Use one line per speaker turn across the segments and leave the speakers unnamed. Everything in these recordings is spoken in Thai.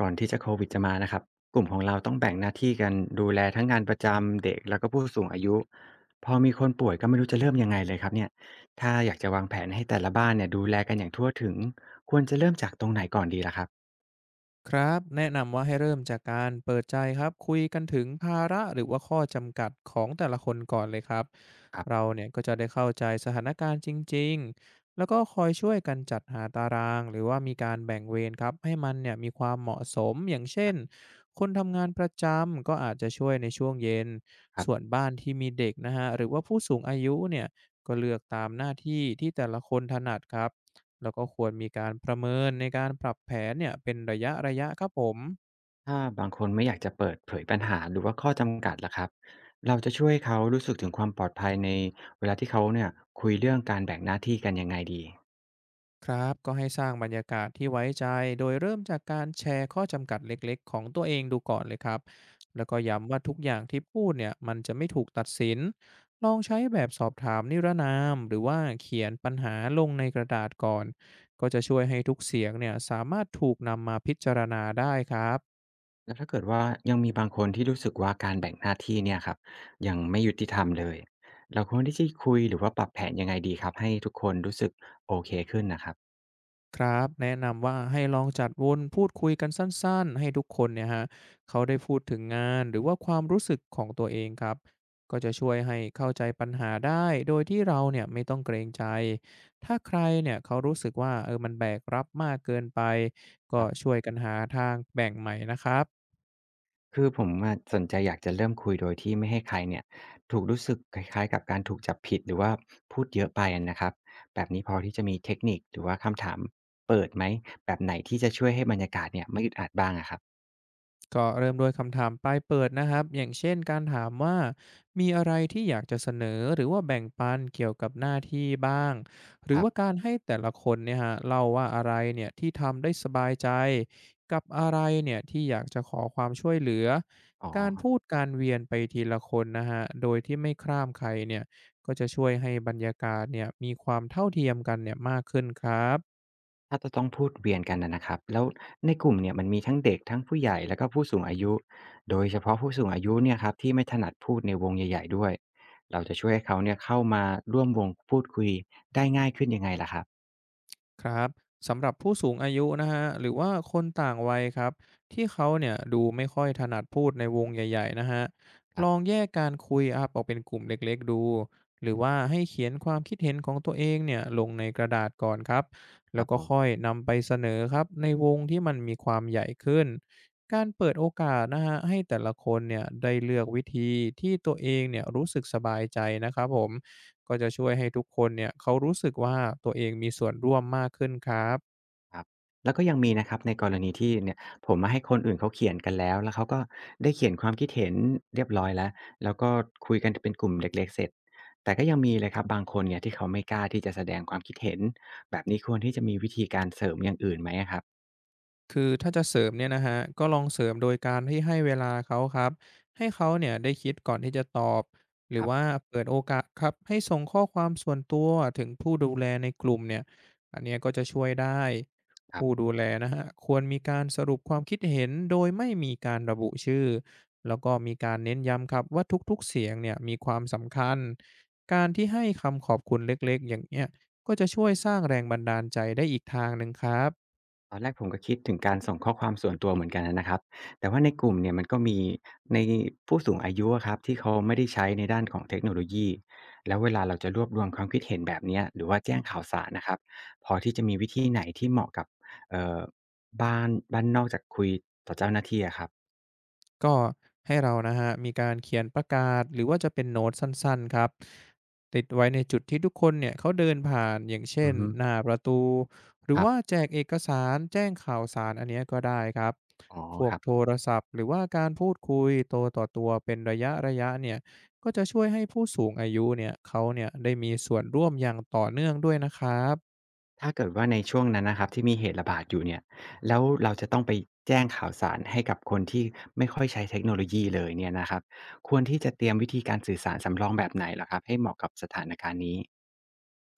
ก่อนที่จะโควิดจะมานะครับกลุ่มของเราต้องแบ่งหน้าที่กันดูแลทั้งงานประจำเด็กแล้วก็ผู้สูงอายุพอมีคนป่วยก็ไม่รู้จะเริ่มยังไงเลยครับเนี่ยถ้าอยากจะวางแผนให้แต่ละบ้านเนี่ยดูแลกันอย่างทั่วถึงควรจะเริ่มจากตรงไหนก่อนดีล่ะครับ
ครับแนะนำว่าให้เริ่มจากการเปิดใจครับคุยกันถึงภาระหรือว่าข้อจำกัดของแต่ละคนก่อนเลยครับ
ครั
เรา
บ
เนี่ยก็จะได้เข้าใจสถานการณ์จริงๆแล้วก็คอยช่วยกันจัดหาตารางหรือว่ามีการแบ่งเวรครับให้มันเนี่ยมีความเหมาะสมอย่างเช่นคนทำงานประจำก็อาจจะช่วยในช่วงเย็น
ครั
ส่วน
บ
บ้านที่มีเด็กนะฮะหรือว่าผู้สูงอายุเนี่ยก็เลือกตามหน้าที่ที่แต่ละคนถนัดครับ แล้วก็ควรมีการประเมินในการปรับแผนเนี่ยเป็นระยะๆครับผม
ถ้าบางคนไม่อยากจะเปิดเผยปัญหาหรือว่าข้อจำกัดล่ะครับเราจะช่วยเขารู้สึกถึงความปลอดภัยในเวลาที่เขาเนี่ยคุยเรื่องการแบ่งหน้าที่กันยังไงดี
ครับ ก็ให้สร้างบรรยากาศที่ไว้ใจ โดยเริ่มจากการแชร์ข้อจำกัดเล็กๆของตัวเองดูก่อนเลยครับ แล้วก็ย้ำว่าทุกอย่างที่พูดเนี่ยมันจะไม่ถูกตัดสิน ลองใช้แบบสอบถามนิรนามหรือว่าเขียนปัญหาลงในกระดาษก่อน ก็จะช่วยให้ทุกเสียงเนี่ยสามารถถูกนำมาพิจารณาได้ครับ
แล้วถ้าเกิดว่ายังมีบางคนที่รู้สึกว่าการแบ่งหน้าที่เนี่ยครับยังไม่ยุติธรรมเลยเราควรที่จะคุยหรือว่าปรับแผนยังไงดีครับให้ทุกคนรู้สึกโอเคขึ้นนะครับ
ครับแนะนำว่าให้ลองจัดวนพูดคุยกันสั้นๆให้ทุกคนเนี่ยฮะเขาได้พูดถึงงานหรือว่าความรู้สึกของตัวเองครับก็จะช่วยให้เข้าใจปัญหาได้โดยที่เราเนี่ยไม่ต้องเกรงใจถ้าใครเนี่ยเขารู้สึกว่าเออมันแบกรับมากเกินไป
ค
ก็
รับ
ช่วยกันหาทางแบ่งใหม่นะครับ
คือผมอะสนใจอยากจะเริ่มคุยโดยที่ไม่ให้ใครเนี่ยถูกรู้สึกคล้ายๆกับการถูกจับผิดหรือว่าพูดเยอะไปอะนะครับแบบนี้พอที่จะมีเทคนิคหรือว่าคำถามเปิดไหมแบบไหนที่จะช่วยให้บรรยากาศเนี่ยไม่อึดอัดบ้างอะครับ
ก็เริ่มด้วยคำถามปลายเปิดนะครับอย่างเช่นการถามว่ามีอะไรที่อยากจะเสนอหรือว่าแบ่งปันเกี่ยวกับหน้าที่บ้างหรื
ค
อ
รั
ว่า
บ
การให้แต่ละคนเนี่ยฮะเล่าว่าอะไรเนี่ยที่ทำได้สบายใจกับอะไรเนี่ยที่อยากจะขอความช่วยเหลือ
อ๋อ
การพูดการเวียนไปทีละคนนะฮะโดยที่ไม่ข้ามใครเนี่ยก็จะช่วยให้บรรยากาศเนี่ยมีความเท่าเทียมกันเนี่ยมากขึ้นครับ
ถ้าจะต้องพูดเวียนกันนะครับแล้วในกลุ่มเนี่ยมันมีทั้งเด็กทั้งผู้ใหญ่แล้วก็ผู้สูงอายุโดยเฉพาะผู้สูงอายุเนี่ยครับที่ไม่ถนัดพูดในวงใหญ่ๆด้วยเราจะช่วยให้เขาเนี่ยเข้ามาร่วมวงพูดคุยได้ง่ายขึ้นยังไงล่ะครับ
ครับสำหรับผู้สูงอายุนะฮะหรือว่าคนต่างวัยครับที่เขาเนี่ยดูไม่ค่อยถนัดพูดในวงใหญ่ๆนะฮะ
ค
ล
รั
อง
บ
แยกการคุยครับออกเป็นกลุ่มเล็กๆดูหรือว่าให้เขียนความคิดเห็นของตัวเองเนี่ยลงในกระดาษก่อนครับ
ค
แล้
รั
ว
บ
ก็
ผ
ค่อย
ม
นำไปเสนอครับในวงที่มันมีความใหญ่ขึ้นการเปิดโอกาสนะฮะให้แต่ละคนเนี่ยได้เลือกวิธีที่ตัวเองเนี่ยรู้สึกสบายใจนะครับผม ก็จะช่วยให้ทุกคนเนี่ยเขารู้สึกว่าตัวเองมีส่วนร่วมมากขึ้นครับ
ครับแล้วก็ยังมีนะครับในกรณีที่เนี่ยผมมาให้คนอื่นเขาเขียนกันแล้วเขาก็ได้เขียนความคิดเห็นเรียบร้อยแล้วแล้วก็คุยกันเป็นกลุ่มเล็กๆเสร็จแต่ก็ยังมีเลยครับบางคนเนี่ยที่เขาไม่กล้าที่จะแสดงความคิดเห็นแบบนี้ควรที่จะมีวิธีการเสริมอย่างอื่นไหมอะครับ
คือถ้าจะเสริมเนี่ยนะฮะก็ลองเสริมโดยการที่ให้เวลาเขาครับให้เขาเนี่ยได้คิดก่อนที่จะตอบหรื
ค
อว่า
รั
เปิดโอกาสครับให้ส่งข้อความส่วนตัวถึงผู้ดูแลในกลุ่มเนี่ยอันเนี้ยก็จะช่วยได้ผู้
บ
ดูแลนะฮะควรมีการสรุปความคิดเห็นโดยไม่มีการระบุชื่อแล้วก็มีการเน้นย้ำครับว่าทุกๆเสียงเนี่ยมีความสำคัญการที่ให้คำขอบคุณเล็กๆอย่างเนี้ยก็จะช่วยสร้างแรงบันดาลใจได้อีกทางหนึ่งครับ
ตอนแรกผมก็คิดถึงการส่งข้อความส่วนตัวเหมือนกันนะครับแต่ว่าในกลุ่มเนี่ยมันก็มีในผู้สูงอายุอะครับที่เขาไม่ได้ใช้ในด้านของเทคโนโลยีแล้วเวลาเราจะรวบรวมความคิดเห็นแบบเนี้ยหรือว่าแจ้งข่าวสารนะครับพอที่จะมีวิธีไหนที่เหมาะกับเอ่อบ้านบ้านนอกจากคุยต่อเจ้าหน้าที่อะครับ
ก็ให้เรานะฮะมีการเขียนประกาศหรือว่าจะเป็นโน้ตสั้นๆครับติดไว้ในจุดที่ทุกคนเนี่ยเขาเดินผ่านอย่างเช่
อื
น
อฮึ
หน้าประตูหรือ
ครั
ว่า
บ
แจกเอกสารแจ้งข่าวสารอันเนี้ยก็ได้ครับ
อ๋อ
พว
ค
ก
รั
โท
บ
รศัพท์หรือว่าการพูดคุยตัวต่อตัวเป็นระยะๆเนี่ยก็จะช่วยให้ผู้สูงอายุเนี่ยเขาเนี่ยได้มีส่วนร่วมอย่างต่อเนื่องด้วยนะครับ
ถ้าเกิดว่าในช่วงนั้นนะครับที่มีเหตุระบาดอยู่เนี่ยแล้วเราจะต้องไปแจ้งข่าวสารให้กับคนที่ไม่ค่อยใช้เทคโนโลยีเลยเนี่ยนะครับควรที่จะเตรียมวิธีการสื่อสารสำรองแบบไหนเหรอครับให้เหมาะกับสถานการณ์นี้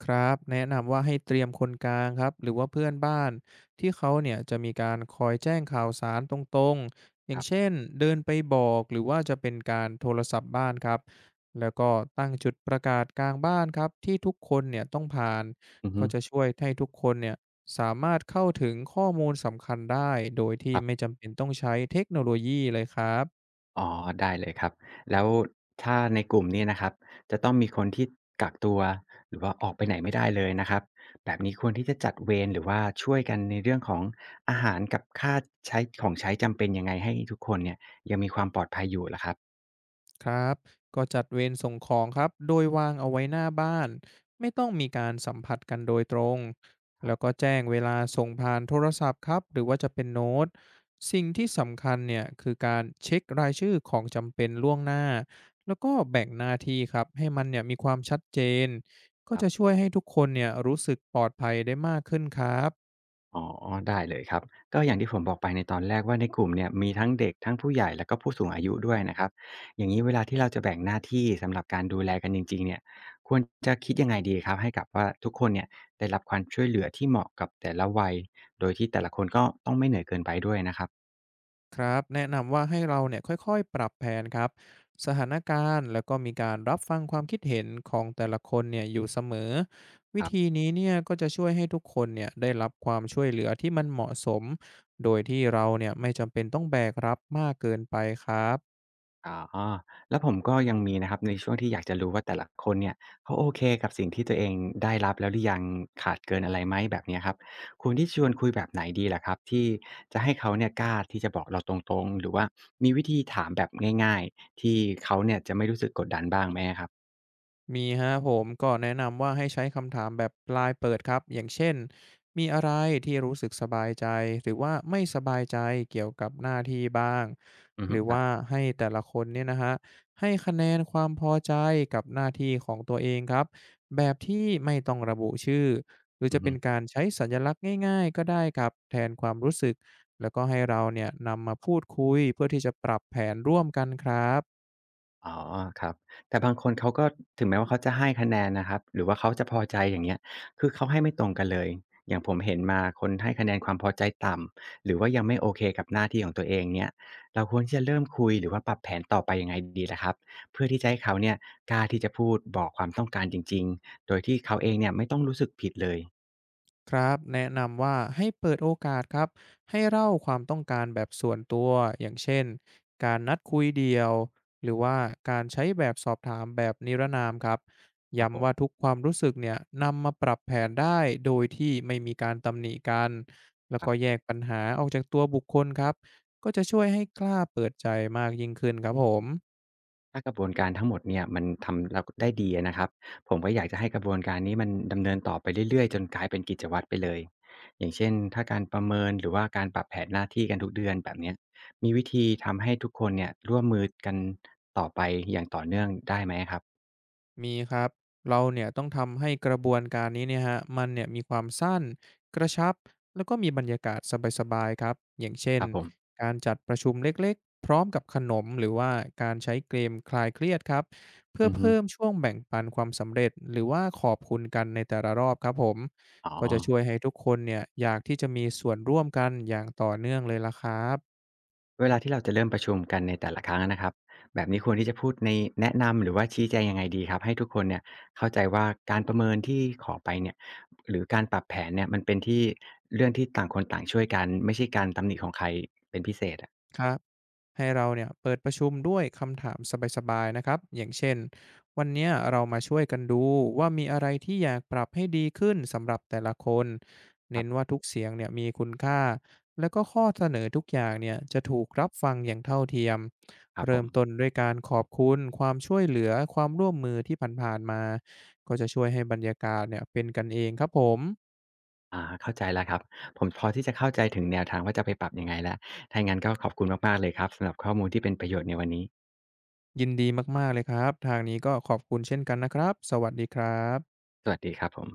ครับแนะนำว่าให้เตรียมคนกลางครับหรือว่าเพื่อนบ้านที่เขาเนี่ยจะมีการคอยแจ้งข่าวสารตรงๆอ
ค
ย่าง
รั
เช่
บ
นเดินไปบอกหรือว่าจะเป็นการโทรศัพท์บ้านครับแล้วก็ตั้งจุดประกาศกลางบ้านครับที่ทุกคนเนี่ยต้องผ่าน
อือฮึ
ก็จะช่วยให้ทุกคนเนี่ยสามารถเข้าถึงข้อมูลสำคัญได้โดยที่
ครั
ไม่
บ
จำเป็นต้องใช้เทคโนโลยีเลยครับ
อ๋อได้เลยครับแล้วถ้าในกลุ่มเนี่ยนะครับจะต้องมีคนที่กักตัวหรือว่าออกไปไหนไม่ได้เลยนะครับแบบนี้ควรที่จะจัดเวรหรือว่าช่วยกันในเรื่องของอาหารกับค่าใช้ของใช้จำเป็นยังไงให้ทุกคนเนี่ยยังมีความปลอดภัยอยู่ล่ะครับ
ครับก็จัดเวรส่งของครับโดยวางเอาไว้หน้าบ้านไม่ต้องมีการสัมผัสกันโดยตรง
ครั
แล้วก็
บ
แจ้งเวลาส่งผ่านโทรศัพท์ครับหรือว่าจะเป็นโน้ตสิ่งที่สำคัญเนี่ยคือการเช็ครายชื่อของจำเป็นล่วงหน้าแล้วก็แบ่งหน้าที่ครับให้มันเนี่ยมีความชัดเจนก็
ครับ
จะช่วยให้ทุกคนเนี่ยรู้สึกปลอดภัยได้มากขึ้นครับ
อ๋อได้เลยครับก็อย่างที่ผมบอกไปในตอนแรกว่าในกลุ่มเนี่ยมีทั้งเด็กทั้งผู้ใหญ่แล้วก็ผู้สูงอายุด้วยนะครับอย่างงี้เวลาที่เราจะแบ่งหน้าที่สำหรับการดูแลกันจริงๆเนี่ยควรจะคิดยังไงดีครับให้กับว่าทุกคนเนี่ยได้รับความช่วยเหลือที่เหมาะกับแต่ละวัยโดยที่แต่ละคนก็ต้องไม่เหนื่อยเกินไปด้วยนะครับ
ครับแนะนำว่าให้เราเนี่ยค่อยๆปรับแผนครับสถานการณ์แล้วก็มีการรับฟังความคิดเห็นของแต่ละคนเนี่ยอยู่เสมอวิ
ครั
ธี
บ
นี้เนี่ยก็จะช่วยให้ทุกคนเนี่ยได้รับความช่วยเหลือที่มันเหมาะสมโดยที่เราเนี่ยไม่จำเป็นต้องแบกรับมากเกินไปครับ
อ๋อแล้วผมก็ยังมีนะครับในช่วงที่อยากจะรู้ว่าแต่ละคนเนี่ยเขาโอเคกับสิ่งที่ตัวเองได้รับแล้วหรือยังขาดเกินอะไรไหมแบบเนี้ยครับควรที่ชวนคุยแบบไหนดีล่ะครับที่จะให้เขาเนี่ยกล้าที่จะบอกเราตรงๆหรือว่ามีวิธีถามแบบง่ายๆที่เขาเนี่ยจะไม่รู้สึกกดดันบ้างไหมอะครับ
มีฮะผมก็แนะนำว่าให้ใช้คำถามแบบปลายเปิดครับอย่างเช่นมีอะไรที่รู้สึกสบายใจหรือว่าไม่สบายใจเกี่ยวกับหน้าที่บ้าง
อือ
ห
ฮึ
รือ
ครั
ว่า
บ
ให้แต่ละคนเนี่ยนะฮะให้คะแนนความพอใจกับหน้าที่ของตัวเองครับแบบที่ไม่ต้องระบุชื่อหรือ
อื
จะ
อ
เป็
ฮึ
นการใช้สัญลักษณ์ง่ายๆก็ได้ครับแทนความรู้สึกแล้วก็ให้เราเนี่ยนำมาพูดคุยเพื่อที่จะปรับแผนร่วมกันครับ
อ๋อครับแต่บางคนเขาก็ถึงแม้ว่าเขาจะให้คะแนนนะครับหรือว่าเขาจะพอใจอย่างเงี้ยคือเขาให้ไม่ตรงกันเลยอย่างผมเห็นมาคนให้คะแนนความพอใจต่ำหรือว่ายังไม่โอเคกับหน้าที่ของตัวเองเนี่ยเราควรที่จะเริ่มคุยหรือว่าปรับแผนต่อไปยังไงดีล่ะครับเพื่อที่จะให้เขาเนี่ยกล้าที่จะพูดบอกความต้องการจริงๆโดยที่เขาเองเนี่ยไม่ต้องรู้สึกผิดเลย
ครับแนะนำว่าให้เปิดโอกาสครับให้เล่าความต้องการแบบส่วนตัวอย่างเช่นการนัดคุยเดียวหรือว่าการใช้แบบสอบถามแบบนิรนามครับ
ครับผ
ย้ำว่าทุ
ม
กความรู้สึกเนี่ยนำมาปรับแผนได้โดยที่ไม่มีการตำหนิกันแล้ว
ครั
ก็
บ
แยกปัญหาออกจากตัวบุคคลครับก็จะช่วยให้กล้าเปิดใจมากยิ่งขึ้นครับผม
ถ้ากระบวนการทั้งหมดเนี่ยมันทำเราได้ดีอะนะครับผมก็อยากจะให้กระบวนการนี้มันดำเนินต่อไปเรื่อยๆจนกลายเป็นกิจวัตรไปเลยอย่างเช่นถ้าการประเมินหรือว่าการปรับแผนหน้าที่กันทุกเดือนแบบเนี้ยมีวิธีทำให้ทุกคนเนี่ยร่วมมือกันต่อไปอย่างต่อเนื่องได้ไหมครับ
มีครับเราเนี่ยต้องทำให้กระบวนการนี้เนี่ยฮะมันเนี่ยมีความสั้นกระชับแล้วก็มีบรรยากาศสบายๆครับอย่างเช่
ค
น
รับผม
การจัดประชุมเล็กๆพร้อมกับขนมหรือว่าการใช้เกมคลายเครียดครับเพื่อ
อือฮึ
เพิ่มช่วงแบ่งปันความสำเร็จหรือว่าขอบคุณกันในแต่ละรอบครับผม
อ๋อ
ก็จะช่วยให้ทุกคนเนี่ยอยากที่จะมีส่วนร่วมกันอย่างต่อเนื่องเลยละครับ
เวลาที่เราจะเริ่มประชุมกันในแต่ละครั้งอะนะครับแบบนี้ควรที่จะพูดในแนะนำหรือว่าชี้แจงยังไงดีครับให้ทุกคนเนี่ยเข้าใจว่าการประเมินที่ขอไปเนี่ยหรือการปรับแผนเนี่ยมันเป็นที่เรื่องที่ต่างคนต่างช่วยกันไม่ใช่การตำหนิของใครเป็นพิเศษอะ
ให้เราเนี่ยเปิดประชุมด้วยคำถามสบายๆนะครับอย่างเช่นวันเนี้ยเรามาช่วยกันดูว่ามีอะไรที่อยากปรับให้ดีขึ้นสำหรับแต่ละคน
ครั
เน้นว่า
บ
ทุกเสียงเนี่ยมีคุณค่าแล้วก็ข้อเสนอทุกอย่างเนี่ยจะถูกรับฟังอย่างเท่าเทียม
ครับผ
เริ่
ม
มต้นด้วยการขอบคุณความช่วยเหลือความร่วมมือที่ผ่านๆมาก็จะช่วยให้บรรยากาศเนี่ยเป็นกันเองครับผม
อ่าเข้าใจแล้วครับผมพอที่จะเข้าใจถึงแนวทางว่าจะไปปรับยังไงแล้วถ้าอย่างงั้นก็ขอบคุณมากๆเลยครับสำหรับข้อมูลที่เป็นประโยชน์ในวันนี้
ยินดีมากๆเลยครับทางนี้ก็ขอบคุณเช่นกันนะครับสวัสดีครับ
สวัสดีครับผม